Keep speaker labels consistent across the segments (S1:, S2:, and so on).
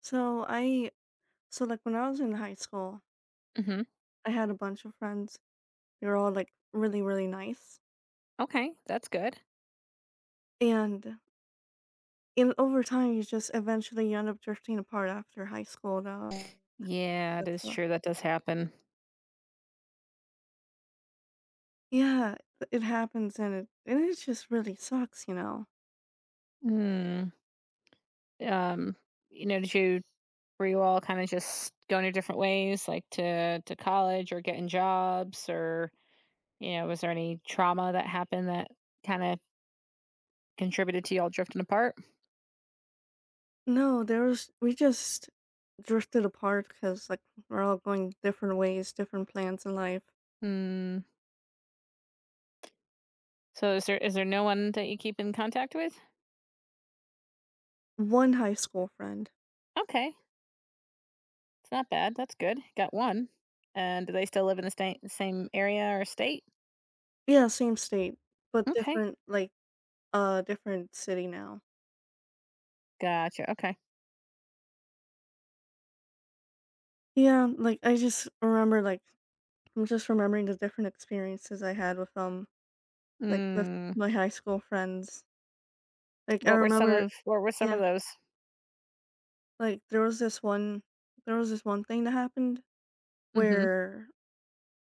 S1: So I so like when I was in high school,
S2: Mhm.
S1: I had a bunch of friends. They were all like really, really nice.
S2: Okay, that's good.
S1: And in over time you just eventually you end up drifting apart after high school though.
S2: Yeah, it
S1: That's
S2: is
S1: the-
S2: true. That does happen.
S1: yeah, it happens and it just really sucks,
S2: Mm. Um, did you were you all kind of just going your different ways, like to college or getting jobs, or was there any trauma that happened that kind of contributed to y'all drifting apart?
S1: No, there was we just drifted apart because like we're all going different ways, different plans in life.
S2: Hmm. So is there no one that you keep in contact with?
S1: One high school friend.
S2: Okay, it's not bad. That's good. Got one. And do they still live in the state, same area or state?
S1: Yeah, same state, but
S2: Okay,
S1: different city now.
S2: gotcha. Okay.
S1: Yeah, like, I just remember, like I'm just remembering the different experiences I had with, like, with
S2: Mm.
S1: my high school friends. Like, I
S2: What were some
S1: remember
S2: of what were some of
S1: yeah,
S2: those?
S1: there was this one thing that happened
S2: Mhm.
S1: where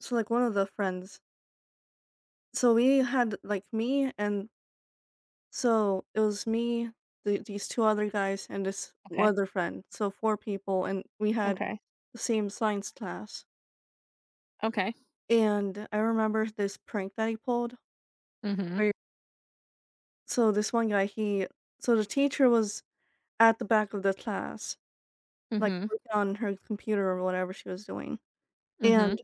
S1: so, like, one of the friends so we had, like, me and so it was me, these 2 other guys, and this
S2: Okay.
S1: other friend, so 4 people, and we had
S2: Okay.
S1: the same science class,
S2: Okay.
S1: and I remember this prank that he pulled
S2: Mhm.
S1: where. This one guy, he so the teacher was at the back of the class, like
S2: Mhm.
S1: working on her computer or whatever she was doing. And
S2: Mhm.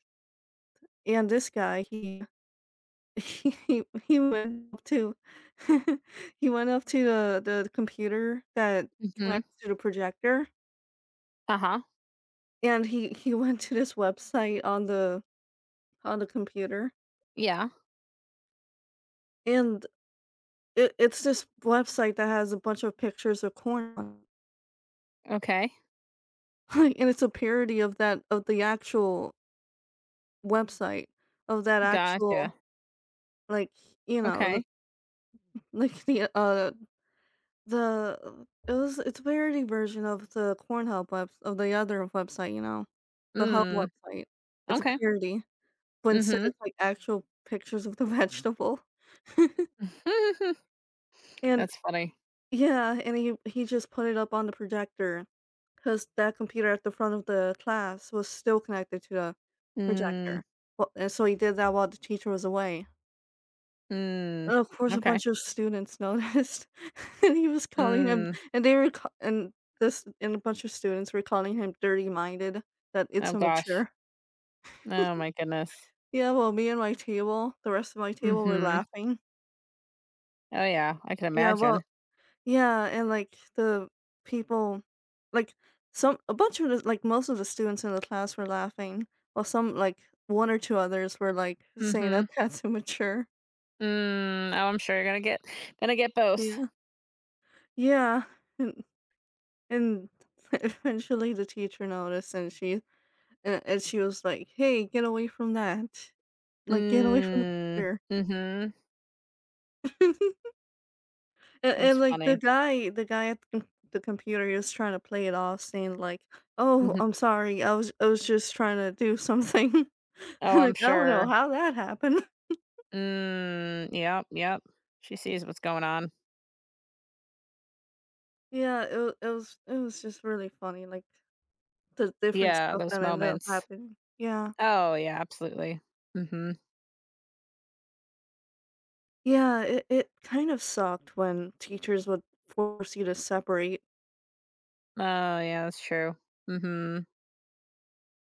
S1: and this guy, he he went up to he went up to the computer that
S2: Mhm.
S1: connects to the projector
S2: Uh-huh.
S1: and he went to this website on the computer
S2: Yeah.
S1: and it's this website that has a bunch of pictures of corn on it.
S2: Okay.
S1: Like, and it's a parody of the actual website of that
S2: Gotcha.
S1: actual, like, you know, the
S2: Okay.
S1: like, the it was it's a parody version of the Pornhub web of the other website, you know, the Hub
S2: Mm.
S1: website. It's a
S2: Okay.
S1: parody, but instead
S2: Mhm.
S1: it's, like, actual pictures of the vegetable. And
S2: That's funny.
S1: yeah, and he just put it up on the projector because that computer at the front of the class was still connected to the
S2: Mm.
S1: projector. And so he did that while the teacher was away.
S2: Mm.
S1: And of course, a
S2: Okay.
S1: bunch of students noticed, and he was calling him
S2: Mm.
S1: and they were ca and this and a bunch of students were calling him dirty-minded, that it's
S2: Oh gosh.
S1: immature.
S2: Oh my goodness.
S1: Yeah, well, me and my table the rest of my table were
S2: Mhm.
S1: laughing.
S2: Oh yeah, I can
S1: Yeah,
S2: imagine.
S1: well yeah, and, like, the people like, some a bunch of the like, most of the students in the class were laughing, while some like, 1 or 2 others were, like, saying that
S2: Mhm.
S1: that's immature.
S2: Mm. Oh, I'm sure you're gonna get both.
S1: Yeah. Yeah. And eventually the teacher noticed and she was like, "Hey, get away from that. Like, get away from the
S2: Mm.
S1: computer."
S2: Mhm. That's
S1: And, like,
S2: funny.
S1: the guy at the com the computer, he was trying to play it off saying like, "Oh,
S2: Mhm.
S1: I'm sorry. I was just trying to do something."
S2: Oh, I'm
S1: Like, I don't know
S2: sure.
S1: how that happened.
S2: Mm, yep, yep. She sees what's going on.
S1: Yeah, it was just really funny, like, the different
S2: Yeah,
S1: stuff
S2: those
S1: that ended up
S2: moments.
S1: happening. Yeah.
S2: Oh, yeah, absolutely. Mhm.
S1: Yeah, it kind of sucked when teachers would force you to separate.
S2: Oh, yeah, that's true. Mhm.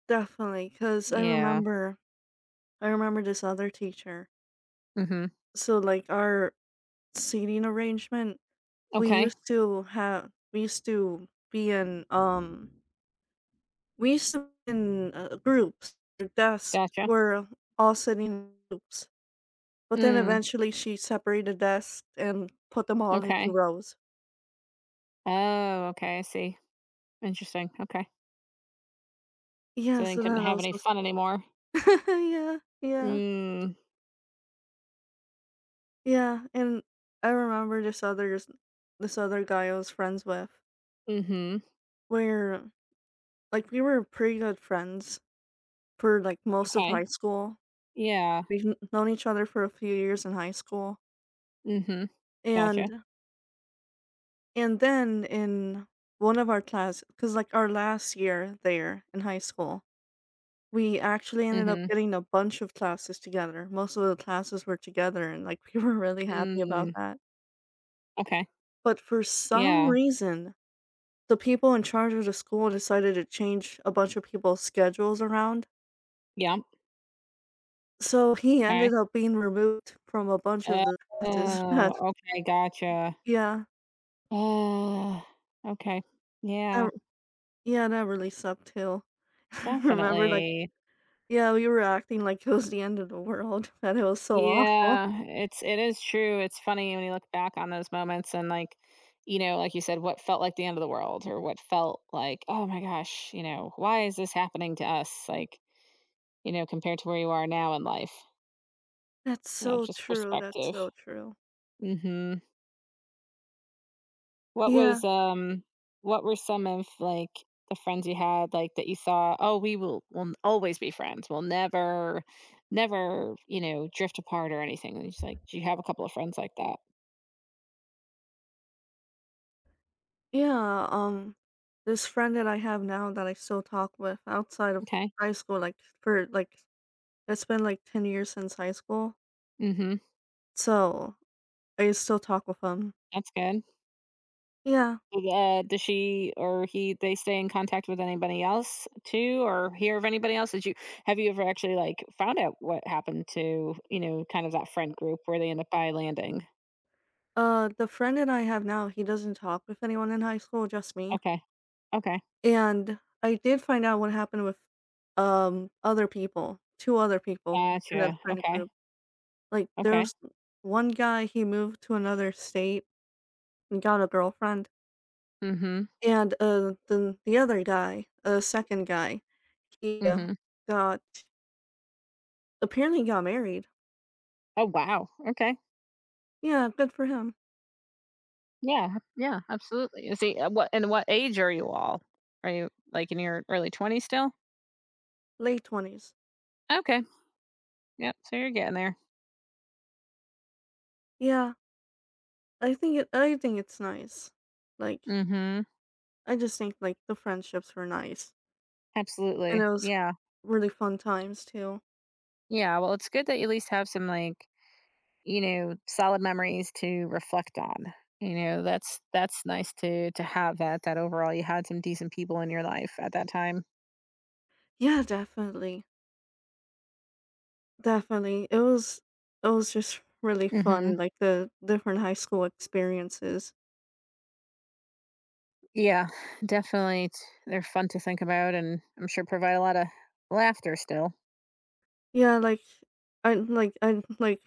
S1: Definitely, cause I
S2: Yeah.
S1: remember I remember this other teacher.
S2: Mhm.
S1: So, like, our seating arrangement, we
S2: Okay.
S1: used to have we used to be in, we used to be in, groups. The desk
S2: Gotcha.
S1: were all sitting in groups, but then
S2: Mm,
S1: eventually she separated desks and put them all into
S2: okay.
S1: rows.
S2: Oh, okay, I see. Interesting. Okay. So
S1: Yeah,
S2: they
S1: so
S2: couldn't
S1: that
S2: have any
S1: also
S2: fun anymore.
S1: Yeah, yeah,
S2: Mm,
S1: yeah, and I remember this other guy I was friends with,
S2: mhm.
S1: where like, we were pretty good friends for, like, most of
S2: Okay.
S1: high school.
S2: Yeah.
S1: We've kn known each other for a few years in high school,
S2: Mhm. Gotcha.
S1: and and then in one of our class, because like, our last year there in high school, we actually ended up
S2: Mhm.
S1: getting a bunch of classes together. Most of the classes were together, and, like, we were really happy about
S2: Mm,
S1: that.
S2: okay.
S1: But for some
S2: Yeah.
S1: reason, the people in charge of the school decided to change a bunch of people's schedules around.
S2: Yeah.
S1: So he
S2: Okay.
S1: ended up being removed from a bunch
S2: Oh,
S1: of the classes
S2: okay, gotcha.
S1: yeah,
S2: Uh, okay.
S1: that
S2: Yeah,
S1: r yeah, that really sucked too. I remember, like
S2: definitely.
S1: yeah, we were acting like it was the end of the world, that it was so awful.
S2: Yeah, it is true. It's funny when you look back on those moments and like, like you said, what felt like the end of the world or what felt like, oh my gosh, you know, why is this happening to us? Like, you know, compared to where you are now in life.
S1: That's
S2: Yeah, it's
S1: so
S2: just
S1: true, that's
S2: perspective.
S1: so true.
S2: Mhm. What
S1: Yeah,
S2: was, what were some of, like, the friends you had, like, that you saw, "Oh, we will always be friends. We'll never, you know, drift apart or anything." And she's like, do you have a couple of friends like that?
S1: yeah, this friend that I have now that I still talk with outside of
S2: Okay.
S1: high school, like, for, like it's been, like, 10 years since high school,
S2: Mhm.
S1: so I still talk with him.
S2: That's good.
S1: Yeah.
S2: Uh, does she or he they stay in contact with anybody else too or hear of anybody else? Did you have you ever actually, like, found out what happened to, you know, kind of that friend group where they end up by landing?
S1: The friend and I have now, he doesn't talk with anyone in high school, just me.
S2: Okay. Okay.
S1: And I did find out what happened with, other people, 2 other people in that
S2: Gotcha.
S1: friend
S2: Okay.
S1: group. Like,
S2: Okay.
S1: there's one guy, he moved to another state and got a girlfriend,
S2: Mhm.
S1: and, then the other guy, a 2nd guy, he,
S2: Mhm.
S1: got apparently got married.
S2: Oh, wow. Okay.
S1: Yeah, good for him.
S2: Yeah. Yeah, absolutely. Is he what and what age are you all? Are you like in your early 20s still?
S1: Late 20s.
S2: Okay. Yep. So you're getting there.
S1: Yeah, I think it's nice. Like,
S2: Mhm.
S1: I just think, like, the friendships were nice. And
S2: Absolutely.
S1: it was
S2: Yeah.
S1: really fun times too.
S2: Yeah, well, it's good that you at least have some like, solid memories to reflect on. You know, that's nice to have that overall you had some decent people in your life at that time.
S1: Yeah, definitely. Definitely. It was just really
S2: Mhm.
S1: fun, like the different high school experiences.
S2: Yeah, definitely. It's, they're fun to think about and I'm sure provide a lot of laughter still.
S1: Yeah, like I like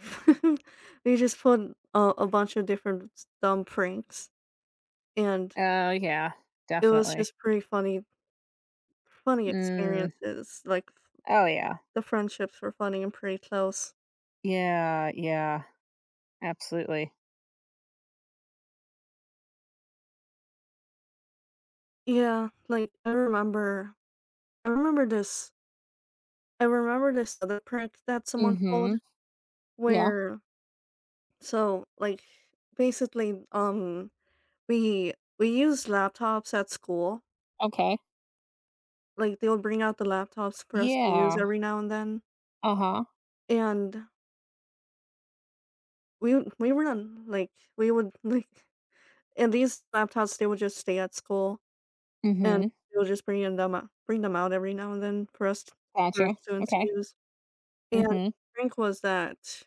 S1: we just put a bunch of different dumb pranks and
S2: Oh, yeah,
S1: it was
S2: definitely.
S1: just pretty funny
S2: Mm.
S1: experiences. Like
S2: Oh, yeah.
S1: the friendships were funny and pretty close.
S2: Yeah, yeah, absolutely.
S1: Yeah, like I remember this I remember this other prank that someone pulled.
S2: Mhm. Yeah.
S1: Where so, like, basically, we we use laptops at school.
S2: Okay.
S1: Like, they would bring out the laptops for us to use
S2: Yeah.
S1: every now and then,
S2: Uh-huh.
S1: and we would we were on like, we would, like and these laptops, they would just stay at school, and
S2: Mhm.
S1: they would just bring in them out bring them out every now and then for
S2: Gotcha.
S1: students to
S2: Okay.
S1: use, and the
S2: Mhm.
S1: prank was that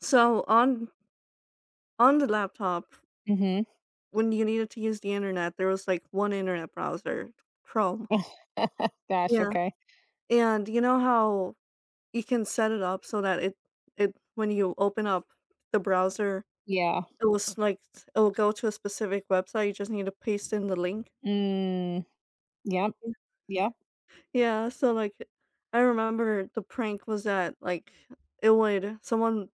S1: so on the laptop,
S2: Mhm.
S1: when you needed to use the internet, there was, like, one internet browser, Chrome.
S2: Gosh,
S1: Yeah,
S2: okay.
S1: and you know how you can set it up so that it when you open up the browser,
S2: Yeah.
S1: it will s like, it'll go to a specific website, you just need to paste in the link?
S2: Mm. Yep. Yep.
S1: Yeah, so, like, I remember the prank was that, like, it would someone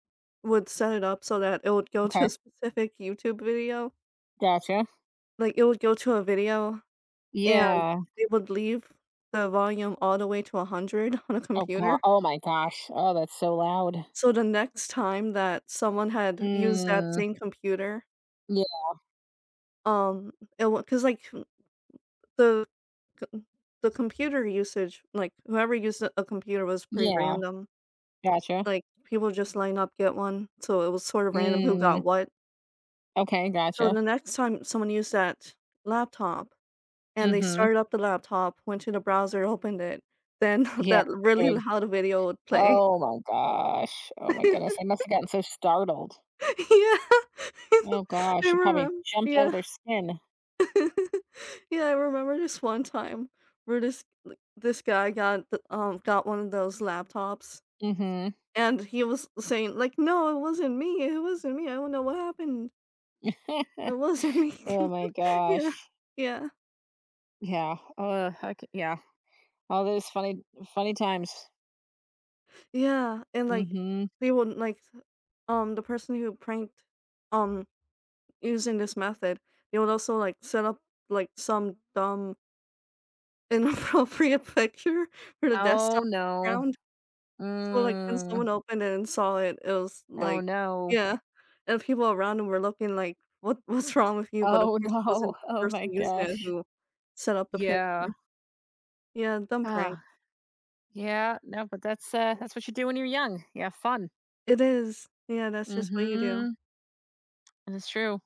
S1: would set it up so that it would go to
S2: Okay.
S1: a specific YouTube video.
S2: Gotcha.
S1: Like, it would go to a video, and
S2: Yeah.
S1: they would leave the volume all the way to 100 on a
S2: Oh god.
S1: computer.
S2: Oh my gosh. Oh, that's so loud.
S1: So the next time that someone had used that
S2: Mm.
S1: same computer,
S2: Yeah.
S1: um, it wa 'cause, like, the c the computer usage, like, whoever used a computer was pretty
S2: Yeah.
S1: random.
S2: Gotcha.
S1: Like, people just line up, get one, so it was sort of random who
S2: Mm.
S1: got what.
S2: Okay.
S1: So
S2: Gotcha.
S1: the next time someone used that laptop and they
S2: Mhm.
S1: started up the laptop, went to the browser, opened it, then
S2: Yeah.
S1: that really loud video would play.
S2: Oh my gosh. Oh my goodness. They must have gotten so startled.
S1: Yeah. I
S2: Oh gosh. They probably
S1: remember.
S2: jumped out of
S1: Yeah.
S2: their skin.
S1: Yeah, I remember this one time where this guy got the, got one of those laptops
S2: Hmm.
S1: and he was saying like, "No, it wasn't me. It wasn't me. I don't know what happened. It wasn't me."
S2: Oh my gosh.
S1: Yeah. Yeah.
S2: Yeah. I c- yeah. All those funny, funny times.
S1: Yeah, and like
S2: Hmm.
S1: they would like the person who pranked um using this method, they would also like set up like some dumb inappropriate picture for the
S2: Oh
S1: desktop
S2: no.
S1: background. So, like, when someone
S2: Mm.
S1: opened it and saw it, it was
S2: Oh
S1: like
S2: no.
S1: yeah, and people around him were looking like, "What what's wrong with you?" But, of
S2: Oh
S1: course, it
S2: no.
S1: wasn't the
S2: Oh my
S1: person using it
S2: gosh.
S1: who set up the
S2: Yeah.
S1: picture. Yeah, dumb prank.
S2: Ah. Yeah. No, but that's what you do when you're young. Yeah. Fun.
S1: It is. Yeah, that's just what you do.
S2: Hmm. That's true.